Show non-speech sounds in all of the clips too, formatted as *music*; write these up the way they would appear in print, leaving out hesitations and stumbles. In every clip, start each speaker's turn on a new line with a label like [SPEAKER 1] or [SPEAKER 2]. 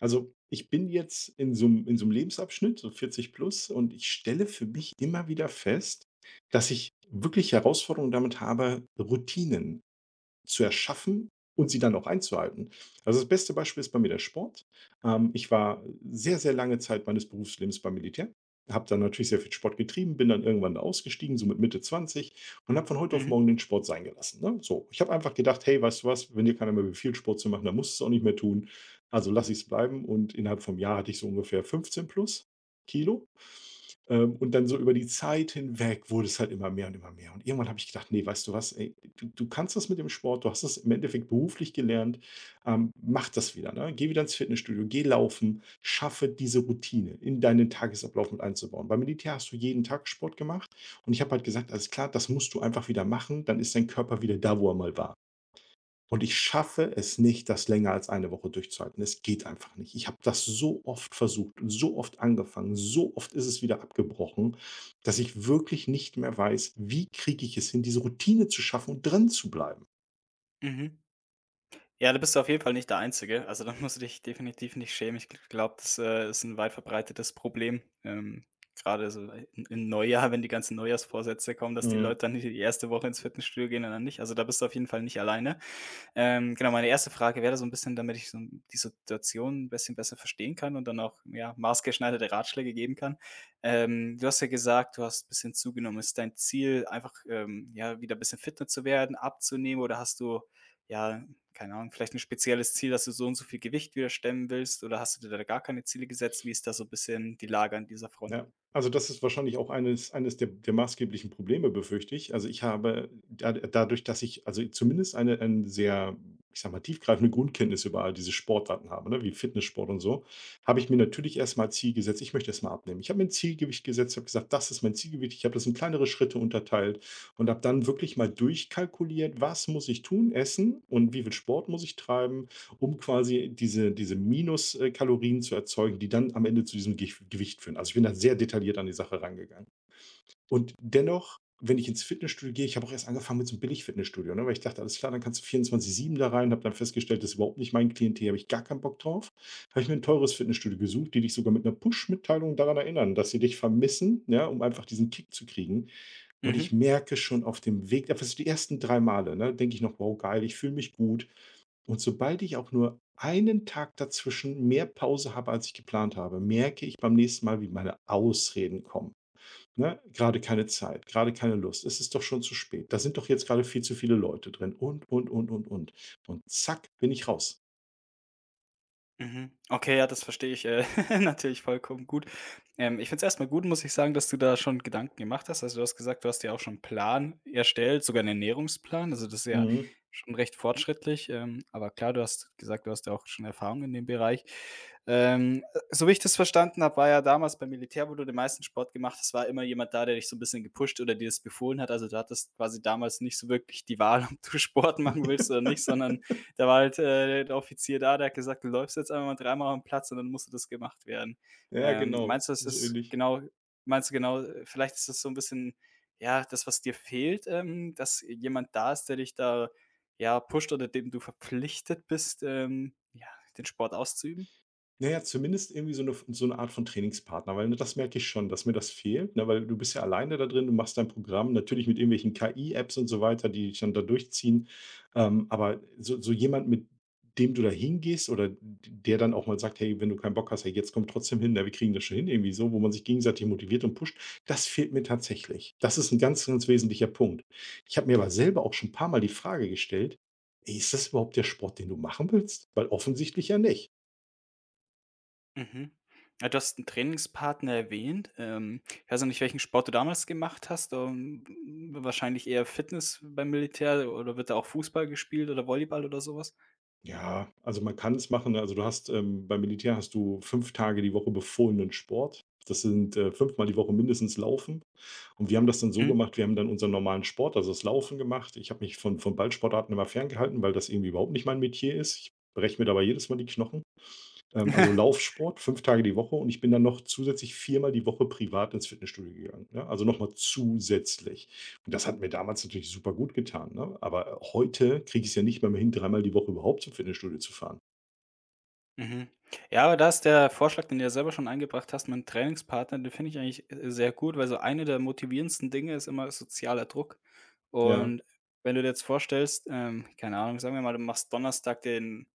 [SPEAKER 1] Also, ich bin jetzt in so 'm Lebensabschnitt, so 40 plus, und ich stelle für mich immer wieder fest, dass ich wirklich Herausforderungen damit habe, Routinen zu erschaffen und sie dann auch einzuhalten. Also, das beste Beispiel ist bei mir der Sport. Ich war sehr, sehr lange Zeit meines Berufslebens beim Militär, habe dann natürlich sehr viel Sport getrieben, bin dann irgendwann ausgestiegen, so mit Mitte 20 und habe von heute auf
[SPEAKER 2] Mhm,
[SPEAKER 1] morgen den Sport sein gelassen, ne? So, ich habe einfach gedacht: „Hey, weißt du was, wenn dir keiner mehr befiehlt, Sport zu machen, dann musst du es auch nicht mehr tun. Also, lasse es bleiben." Und innerhalb vom Jahr hatte ich so ungefähr 15 plus Kilo. Und dann so über die Zeit hinweg wurde es halt immer mehr. Und irgendwann habe ich gedacht: Nee, weißt du was, ey, du kannst das mit dem Sport, du hast das im Endeffekt beruflich gelernt, mach das wieder, ne? Geh wieder ins Fitnessstudio, geh laufen, schaffe diese Routine in deinen Tagesablauf mit einzubauen." Beim Militär hast du jeden Tag Sport gemacht und ich habe halt gesagt: „Alles klar, das musst du einfach wieder machen, dann ist dein Körper wieder da, wo er mal war." Und ich schaffe es nicht, das länger als eine Woche durchzuhalten. Es geht einfach nicht. Ich habe das so oft versucht und so oft angefangen, so oft ist es wieder abgebrochen, dass ich wirklich nicht mehr weiß, wie kriege ich es hin, diese Routine zu schaffen und drin zu bleiben.
[SPEAKER 2] mhm. Ja, da bist du auf jeden Fall nicht der Einzige. Also, da musst du dich definitiv nicht schämen. Ich glaube, das ist ein weit verbreitetes Problem, grade so in im Neujahr, wenn die ganzen Neujahrsvorsätze kommen, dass die Leute dann die erste Woche ins Fitnessstudio gehen und dann nicht. Also, da bist du auf jeden Fall nicht alleine. Genau, meine erste Frage wäre so ein bisschen, damit ich so die Situation ein bisschen besser verstehen kann und dann auch, ja, maßgeschneiderte Ratschläge geben kann. Du hast ja gesagt, du hast ein bisschen zugenommen. Ist dein Ziel einfach, ja, wieder ein bisschen fitter zu werden, abzunehmen oder hast du, ja, keine Ahnung, vielleicht ein spezielles Ziel, dass du so und so viel Gewicht wieder stemmen willst oder hast du dir da gar keine Ziele gesetzt? Wie ist da so ein bisschen die Lage an dieser Front?
[SPEAKER 1] Ja, also das ist wahrscheinlich auch eines der maßgeblichen Probleme, befürchte ich. Also, ich habe da dadurch, dass ich, also, zumindest ein sehr, ich sage mal, tiefgreifende Grundkenntnis über all diese Sportarten habe, ne, wie Fitnesssport und so, habe ich mir natürlich erst mal Ziel gesetzt, ich möchte erst mal abnehmen. Ich habe mir 'n Zielgewicht gesetzt, habe gesagt: „Das ist mein Zielgewicht." Ich habe das in kleinere Schritte unterteilt und habe dann wirklich mal durchkalkuliert, was muss ich tun, essen und wie viel Sport muss ich treiben, um quasi diese Minuskalorien zu erzeugen, die dann am Ende zu diesem Gech Gewicht führen. Also, ich bin da sehr detailliert an die Sache rangegangen. Und dennoch, wenn ich ins Fitnessstudio gehe, ich habe auch erst angefangen mit so einem Billig-Fitnessstudio, ne, weil ich dachte: „Alles klar, dann kannst du 24/7 da rein." Habe dann festgestellt, das ist überhaupt nicht mein Klientel, habe ich gar keinen Bock drauf. Habe ich mir ein teures Fitnessstudio gesucht, die dich sogar mit einer Push-Mitteilung daran erinnern, dass sie dich vermissen, ja, um einfach diesen Kick zu kriegen. Und
[SPEAKER 2] Mhm.
[SPEAKER 1] ich merke schon auf dem Weg einfach so die ersten 3 Male, ne, denke ich noch: „Wow, geil, ich fühle mich gut." Und sobald ich auch nur einen Tag dazwischen mehr Pause habe, als ich geplant habe, merke ich beim nächsten Mal, wie meine Ausreden kommen. Ne? Gerade keine Zeit, gerade keine Lust. Es ist doch schon zu spät. Da sind doch jetzt gerade viel zu viele Leute drin. Und, und. Und zack, bin ich raus.
[SPEAKER 2] Mhm. Okay, ja, das verstehe ich, *laughs* natürlich vollkommen gut. Ich finde es erst gut, muss ich sagen, dass du da schon Gedanken gemacht hast. Also, du hast gesagt, du hast dir auch schon 'n Plan erstellt, sogar einen Ernährungsplan. Also, das ist ja
[SPEAKER 1] Mhm.
[SPEAKER 2] schon recht fortschrittlich. Aber klar, du hast gesagt, du hast ja auch schon Erfahrung in dem Bereich. So wie ich das verstanden habe, war ja damals beim Militär, wo du den meisten Sport gemacht hast, war immer jemand da, der dich so ein bisschen gepusht oder dir das befohlen hat. Also, du hattest quasi damals nicht so wirklich die Wahl, *laughs* ob du Sport machen willst oder nicht, sondern
[SPEAKER 1] *laughs*
[SPEAKER 2] da war halt der Offizier da, der hat gesagt: „Du läufst jetzt einfach mal dreimal am Platz und dann musste das gemacht werden.“
[SPEAKER 1] Ja,
[SPEAKER 2] Ähm,
[SPEAKER 1] genau.
[SPEAKER 2] meinst du, das
[SPEAKER 1] So
[SPEAKER 2] ist
[SPEAKER 1] ähnlich.
[SPEAKER 2] genau Meinst du genau vielleicht ist das so ein bisschen, ja, das, was dir fehlt, dass jemand da ist, der dich da, ja, pusht oder dem du verpflichtet bist, ja, den Sport auszuüben?
[SPEAKER 1] Na ja, zumindest irgendwie so 'ne Art von Trainingspartner, weil, ne, das merke ich schon, dass mir das fehlt, ne, weil du bist ja alleine da drin, du machst dein Programm, natürlich mit irgendwelchen KI-Apps und so weiter, die dich dann da durchziehen. Aber so jemand, mit dem du da hingehst oder der dann auch mal sagt: „Hey, wenn du keinen Bock hast, hey, jetzt komm trotzdem hin, ne, wir kriegen das schon hin", irgendwie so, wo man sich gegenseitig motiviert und pusht, das fehlt mir tatsächlich. Das ist ein ganz, ganz wesentlicher Punkt. Ich habe mir aber selber auch schon ein paar mal die Frage gestellt: „Ey, ist das überhaupt der Sport, den du machen willst?" Weil offensichtlich ja nicht.
[SPEAKER 2] Mhm. Ja, du hast einen Trainingspartner erwähnt. Ich weiß ja nicht, welchen Sport du damals gemacht hast. Wahrscheinlich eher Fitness beim Militär oder wird da auch Fußball gespielt oder Volleyball oder sowas?
[SPEAKER 1] Ja, also man kann es machen. Ne? Also du hast, beim Militär hast du 5 Tage die Woche befohlenen Sport. Das sind, 5-mal die Woche mindestens Laufen. Und wir haben das dann so gemacht, wir haben dann unseren normalen Sport, also das Laufen gemacht. Ich habe mich von Ballsportarten immer ferngehalten, weil das irgendwie überhaupt nicht mein Metier ist. Ich breche mir dabei jedes Mal die Knochen. Also
[SPEAKER 2] Ja.
[SPEAKER 1] Laufsport, 5 Tage die Woche, und ich bin dann noch zusätzlich 4-mal die Woche privat ins Fitnessstudio gegangen, ne? Also nochmal zusätzlich. Und das hat mir damals natürlich super gut getan, ne? Aber heute kriege ich es ja nicht mal mehr hin, 3-mal die Woche überhaupt zum Fitnessstudio zu fahren.
[SPEAKER 2] Mhm. Ja, aber da ist der Vorschlag, den du ja selber schon eingebracht hast, mit dem Trainingspartner, den finde ich eigentlich, sehr gut, weil so eine der motivierendsten Dinge ist immer sozialer Druck.
[SPEAKER 1] Ja,
[SPEAKER 2] Und wenn du dir jetzt vorstellst, keine Ahnung, sagen wir mal, du machst Donnerstag den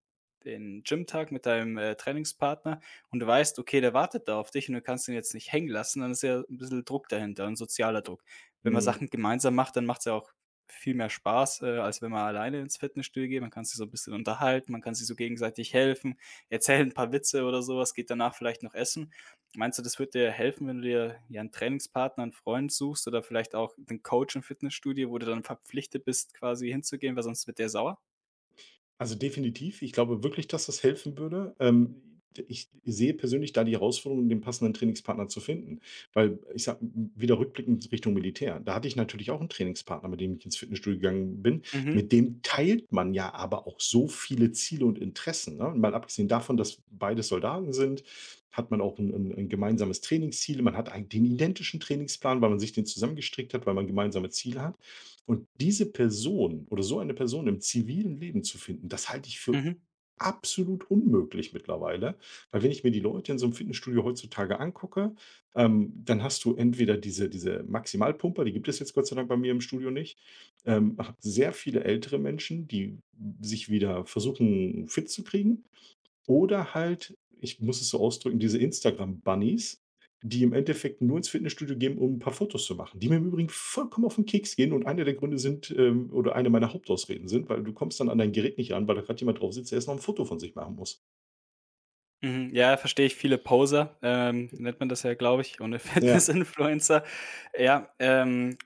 [SPEAKER 2] den Gymtag mit deinem Trainingspartner und du weißt, okay, der wartet da auf dich und du kannst ihn jetzt nicht hängen lassen, dann ist ja ein bisschen Druck dahinter, ein sozialer Druck. Wenn man
[SPEAKER 1] mhm.
[SPEAKER 2] Sachen gemeinsam macht, dann macht es ja auch viel mehr Spaß, als wenn man alleine ins Fitnessstudio geht. Man kann sich so ein bisschen unterhalten, man kann sich so gegenseitig helfen, erzählen ein paar Witze oder sowas, geht danach vielleicht noch essen. Meinst du, das wird dir helfen, wenn du dir ja 'n Trainingspartner, einen Freund suchst oder vielleicht auch 'nen Coach im Fitnessstudio, wo du dann verpflichtet bist, quasi hinzugehen, weil sonst wird der sauer?
[SPEAKER 1] Also definitiv. Ich glaube wirklich, dass das helfen würde. Ich sehe persönlich da die Herausforderung, um den passenden Trainingspartner zu finden. Weil ich sage, wieder rückblickend Richtung Militär. Da hatte ich natürlich auch einen Trainingspartner, mit dem ich ins Fitnessstudio gegangen bin.
[SPEAKER 2] Mhm,
[SPEAKER 1] Mit dem teilt man ja aber auch so viele Ziele und Interessen. Ne? Mal abgesehen davon, dass beide Soldaten sind, hat man auch ein gemeinsames Trainingsziel. Man hat einen, den identischen Trainingsplan, weil man sich den zusammengestrickt hat, weil man gemeinsame Ziele hat. Und diese Person oder so eine Person im zivilen Leben zu finden, das halte ich für
[SPEAKER 2] mhm,
[SPEAKER 1] absolut unmöglich mittlerweile. Weil, wenn ich mir die Leute in so einem Fitnessstudio heutzutage angucke, dann hast du entweder diese Maximalpumper, die gibt es jetzt Gott sei Dank bei mir im Studio nicht, sehr viele ältere Menschen, die sich wieder versuchen, fit zu kriegen. Oder halt, ich muss es so ausdrücken, diese Instagram-Bunnies, die im Endeffekt nur ins Fitnessstudio gehen, um ein paar Fotos zu machen, die mir im Übrigen vollkommen auf den Keks gehen und einer der Gründe sind, oder eine meiner Hauptausreden sind, weil du kommst dann an dein Gerät nicht ran, weil da grad jemand drauf sitzt, der erst noch ein Foto von sich machen muss.
[SPEAKER 2] mhm. Ja, verstehe ich. Viele Poser, nennt man das ja, glaube ich, und *laughs* 'ne
[SPEAKER 1] Ja,
[SPEAKER 2] Fitness-Influencer. Ja, ähm,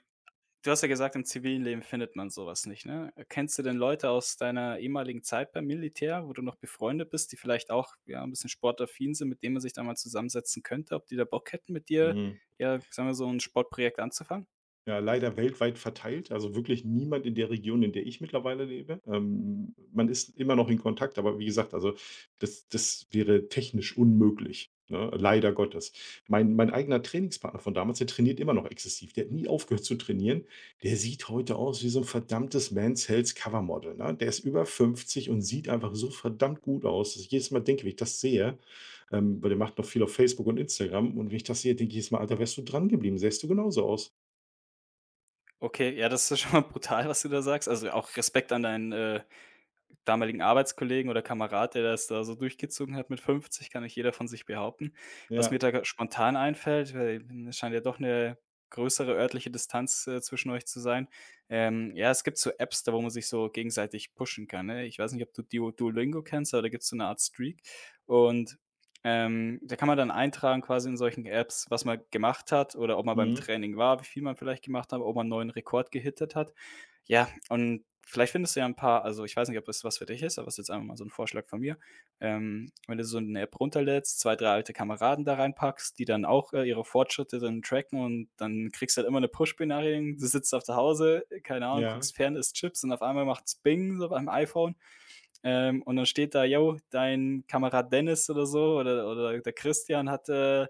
[SPEAKER 2] Du hast ja gesagt, im zivilen Leben findet man sowas nicht, ne? Kennst du denn Leute aus deiner ehemaligen Zeit beim Militär, wo du noch befreundet bist, die vielleicht auch, ja, ein bisschen sportaffin sind, mit denen man sich da mal zusammensetzen könnte? Ob die da Bock hätten, mit dir,
[SPEAKER 1] mhm.
[SPEAKER 2] ja, sagen wir, so ein Sportprojekt anzufangen?
[SPEAKER 1] Ja, leider weltweit verteilt, also wirklich niemand in der Region, in der ich mittlerweile lebe. Man ist immer noch in Kontakt, aber wie gesagt, also das wäre technisch unmöglich, ne, leider Gottes. Mein eigener Trainingspartner von damals, der trainiert immer noch exzessiv. Der hat nie aufgehört zu trainieren. Der sieht heute aus wie so ein verdammtes Mans Health Covermodel, ne? Der ist über 50 und sieht einfach so verdammt gut aus, dass ich jedes Mal denke, wenn ich das sehe, weil der macht noch viel auf Facebook und Instagram, und wenn ich das sehe, denke ich jedes Mal: „Alter, wärst du dran geblieben, sähst du genauso aus."
[SPEAKER 2] Okay, ja, das ist schon mal brutal, was du da sagst. Also, auch Respekt an deinen damaligen Arbeitskollegen oder Kamerad, der das da so durchgezogen hat mit 50, kann nicht jeder von sich behaupten. Was mir
[SPEAKER 1] Ja.
[SPEAKER 2] da grad spontan einfällt, weil es scheint ja doch eine größere örtliche Distanz zwischen euch zu sein. Ja, es gibt so Apps, da wo man sich so gegenseitig pushen kann, ne? Ich weiß nicht, ob du Duolingo kennst, aber da gibt's so eine Art Streak und, da kann man dann eintragen quasi in solchen Apps, was man gemacht hat oder ob man beim
[SPEAKER 1] Mhm.
[SPEAKER 2] Training war, wie viel man vielleicht gemacht hat, ob man 'n neuen Rekord gehittet hat. Ja, und vielleicht findest du ja ein paar, also, ich weiß nicht, ob das was für dich ist, aber es ist jetzt einfach mal so ein Vorschlag von mir. Wenn du so eine App runterlädst, 2 3 alte Kameraden da reinpackst, die dann auch ihre Fortschritte dann tracken und dann kriegst du halt immer eine Push-Benachrichtigung. Du sitzt auf der Hause, keine Ahnung,
[SPEAKER 1] Ja,
[SPEAKER 2] guckst fern, isst Chips und auf einmal macht's Bing so beim iPhone, und dann steht da: „Jo, dein Kamerad Dennis“ oder so oder der Christian hat,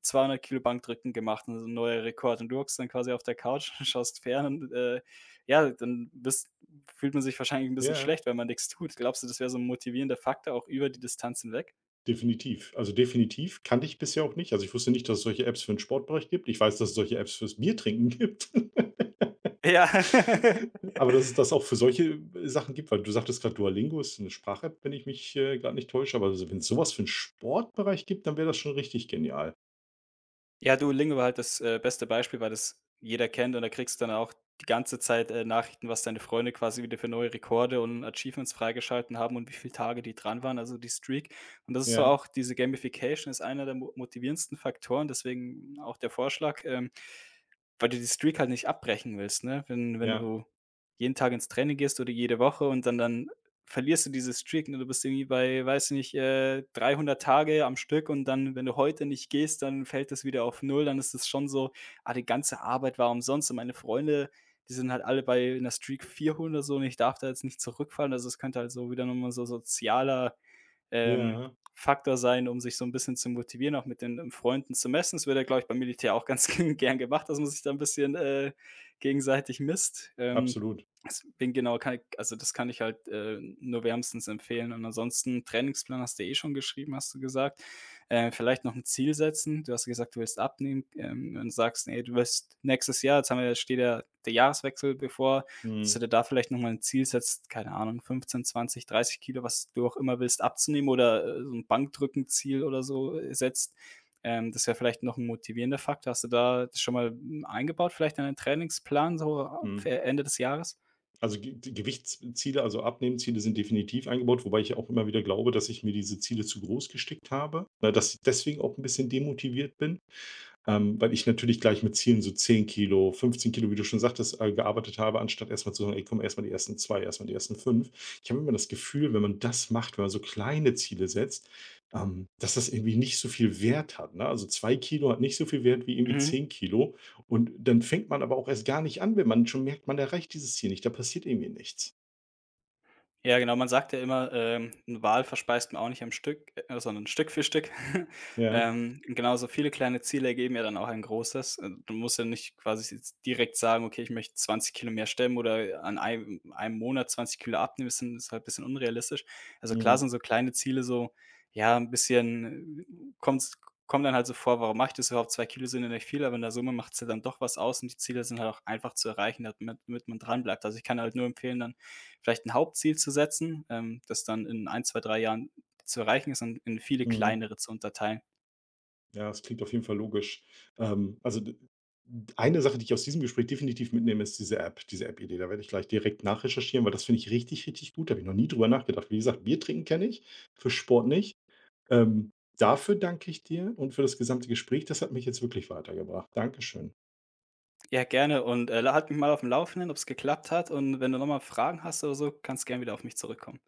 [SPEAKER 2] 200 kg Bankdrücken gemacht, also so neuer Rekord. Und du hockst dann quasi auf der Couch *laughs* und schaust fern und, ja, dann bist fühlt man sich wahrscheinlich ein bisschen
[SPEAKER 1] ja,
[SPEAKER 2] schlecht, weil man nichts tut. Glaubst du, das wäre so ein motivierender Faktor auch über die Distanz hinweg?
[SPEAKER 1] definitiv. Also, definitiv kannte ich bisher auch nicht. Also, ich wusste nicht, dass es solche Apps für den Sportbereich gibt. Ich weiß, dass es solche Apps fürs Biertrinken *laughs* gibt.
[SPEAKER 2] Ja. *laughs*
[SPEAKER 1] Aber dass es das auch für solche, Sachen gibt, weil du sagtest gerade, Duolingo ist eine Sprach-App, wenn ich mich, grad nicht täusche. Aber also, wenn es sowas für 'n Sportbereich gibt, dann wäre das schon richtig genial.
[SPEAKER 2] Ja, du Lingo war halt das, beste Beispiel, weil das jeder kennt und da kriegst du dann auch die ganze Zeit Nachrichten, was deine Freunde quasi wieder für neue Rekorde und Achievements freigeschalten haben und wie viele Tage die dran waren, also die Streak. Und das ist so
[SPEAKER 1] Ja,
[SPEAKER 2] auch diese Gamification ist einer der mo motivierendsten Faktoren, deswegen auch der Vorschlag, weil du die Streak halt nicht abbrechen willst, ne? Wenn
[SPEAKER 1] ja,
[SPEAKER 2] du jeden Tag ins Training gehst oder jede Woche und dann verlierst du diese Streak, ne? Du bist irgendwie bei, weiß nicht, 300 Tage am Stück und dann, wenn du heute nicht gehst, dann fällt das wieder auf null. Dann ist es schon so: „Ah, die ganze Arbeit war umsonst.“ Und meine Freunde, die sind halt alle bei einer Streak 400 so und ich darf da jetzt nicht zurückfallen. Also, es könnte halt so wieder noch mal so sozialer ähm,
[SPEAKER 1] ja,
[SPEAKER 2] Faktor sein, um sich so ein bisschen zu motivieren, auch mit den Freunden zu messen. Das wird ja, glaube ich, beim Militär auch ganz *laughs* gern gemacht, dass man sich da ein bisschen gegenseitig misst.
[SPEAKER 1] absolut.
[SPEAKER 2] Deswegen genau kann ich Also, das kann ich halt, nur wärmstens empfehlen. Und ansonsten Trainingsplan hast du eh schon geschrieben, hast du gesagt. Vielleicht noch ein Ziel setzen. Du hast gesagt, du willst abnehmen, und sagst: „Ne, du willst nächstes Jahr“, jetzt haben wir ja steht ja der Jahreswechsel bevor, dass du
[SPEAKER 1] Mhm,
[SPEAKER 2] dir da vielleicht noch mal 'n Ziel setzt, keine Ahnung, 15, 20, 30 Kilo, was du auch immer willst, abzunehmen oder, so 'n Bankdrückenziel oder so, setzt. Das wäre vielleicht noch ein motivierender Faktor. Hast du da das schon mal, hm, eingebaut, vielleicht in deinen Trainingsplan so,
[SPEAKER 1] mhm.
[SPEAKER 2] für Ende des Jahres?
[SPEAKER 1] Also, Ge die Gewichtsziele, also Abnehmziele, sind definitiv eingebaut, wobei ich ja auch immer wieder glaube, dass ich mir diese Ziele zu groß gesteckt habe, ne, dass ich deswegen auch ein bisschen demotiviert bin. Weil ich natürlich gleich mit Zielen so 10 Kilo, 15 Kilo, wie du schon sagtest, gearbeitet habe, anstatt erst mal zu sagen: „Ey, komm, erst mal die ersten 2, erst mal die ersten 5. Ich habe immer das Gefühl, wenn man das macht, wenn man so kleine Ziele setzt, dass das irgendwie nicht so viel Wert hat, ne? Also 2 Kilo hat nicht so viel Wert wie irgendwie
[SPEAKER 2] Mhm.
[SPEAKER 1] 10 Kilo. Und dann fängt man aber auch erst gar nicht an, wenn man schon merkt, man erreicht dieses Ziel nicht. Da passiert irgendwie nichts.
[SPEAKER 2] Ja, genau, man sagt ja immer, 'n Wal verspeist man auch nicht am Stück, sondern Stück für Stück. *laughs*
[SPEAKER 1] Ja.
[SPEAKER 2] Genauso viele kleine Ziele ergeben ja dann auch ein großes. Du musst ja nicht quasi jetzt direkt sagen: „Okay, ich möchte 20 Kilo mehr stemmen oder an einem Monat 20 Kilo abnehmen.“ ist halt ein bisschen unrealistisch. Also, klar
[SPEAKER 1] Mhm.
[SPEAKER 2] sind so kleine Ziele so, ja, ein bisschen, kommt kommt dann halt so vor: „Warum mache ich das überhaupt? 2 Kilo sind ja nicht viel“, aber in der Summe macht's ja dann doch was aus und die Ziele sind halt auch einfach zu erreichen, damit man dran bleibt. Also, ich kann halt nur empfehlen, dann vielleicht ein Hauptziel zu setzen, das dann in ein, 2, 3 Jahren zu erreichen ist und in viele
[SPEAKER 1] Mhm.
[SPEAKER 2] kleinere zu unterteilen.
[SPEAKER 1] Ja, es klingt auf jeden Fall logisch. Also d eine Sache, die ich aus diesem Gespräch definitiv mitnehme, ist diese App-Idee. Da werde ich gleich direkt nachrecherchieren, weil das finde ich richtig, richtig gut. Da habe ich noch nie drüber nachgedacht. Wie gesagt, Bier trinken kenne ich, für Sport nicht. Ähm, dafür danke ich dir und für das gesamte Gespräch. Das hat mich jetzt wirklich weitergebracht. Dankeschön.
[SPEAKER 2] Ja, gerne und, halt mich mal auf aufm Laufenden, ob es geklappt hat und wenn du noch mal Fragen hast oder so, kannst gerne wieder auf mich zurückkommen.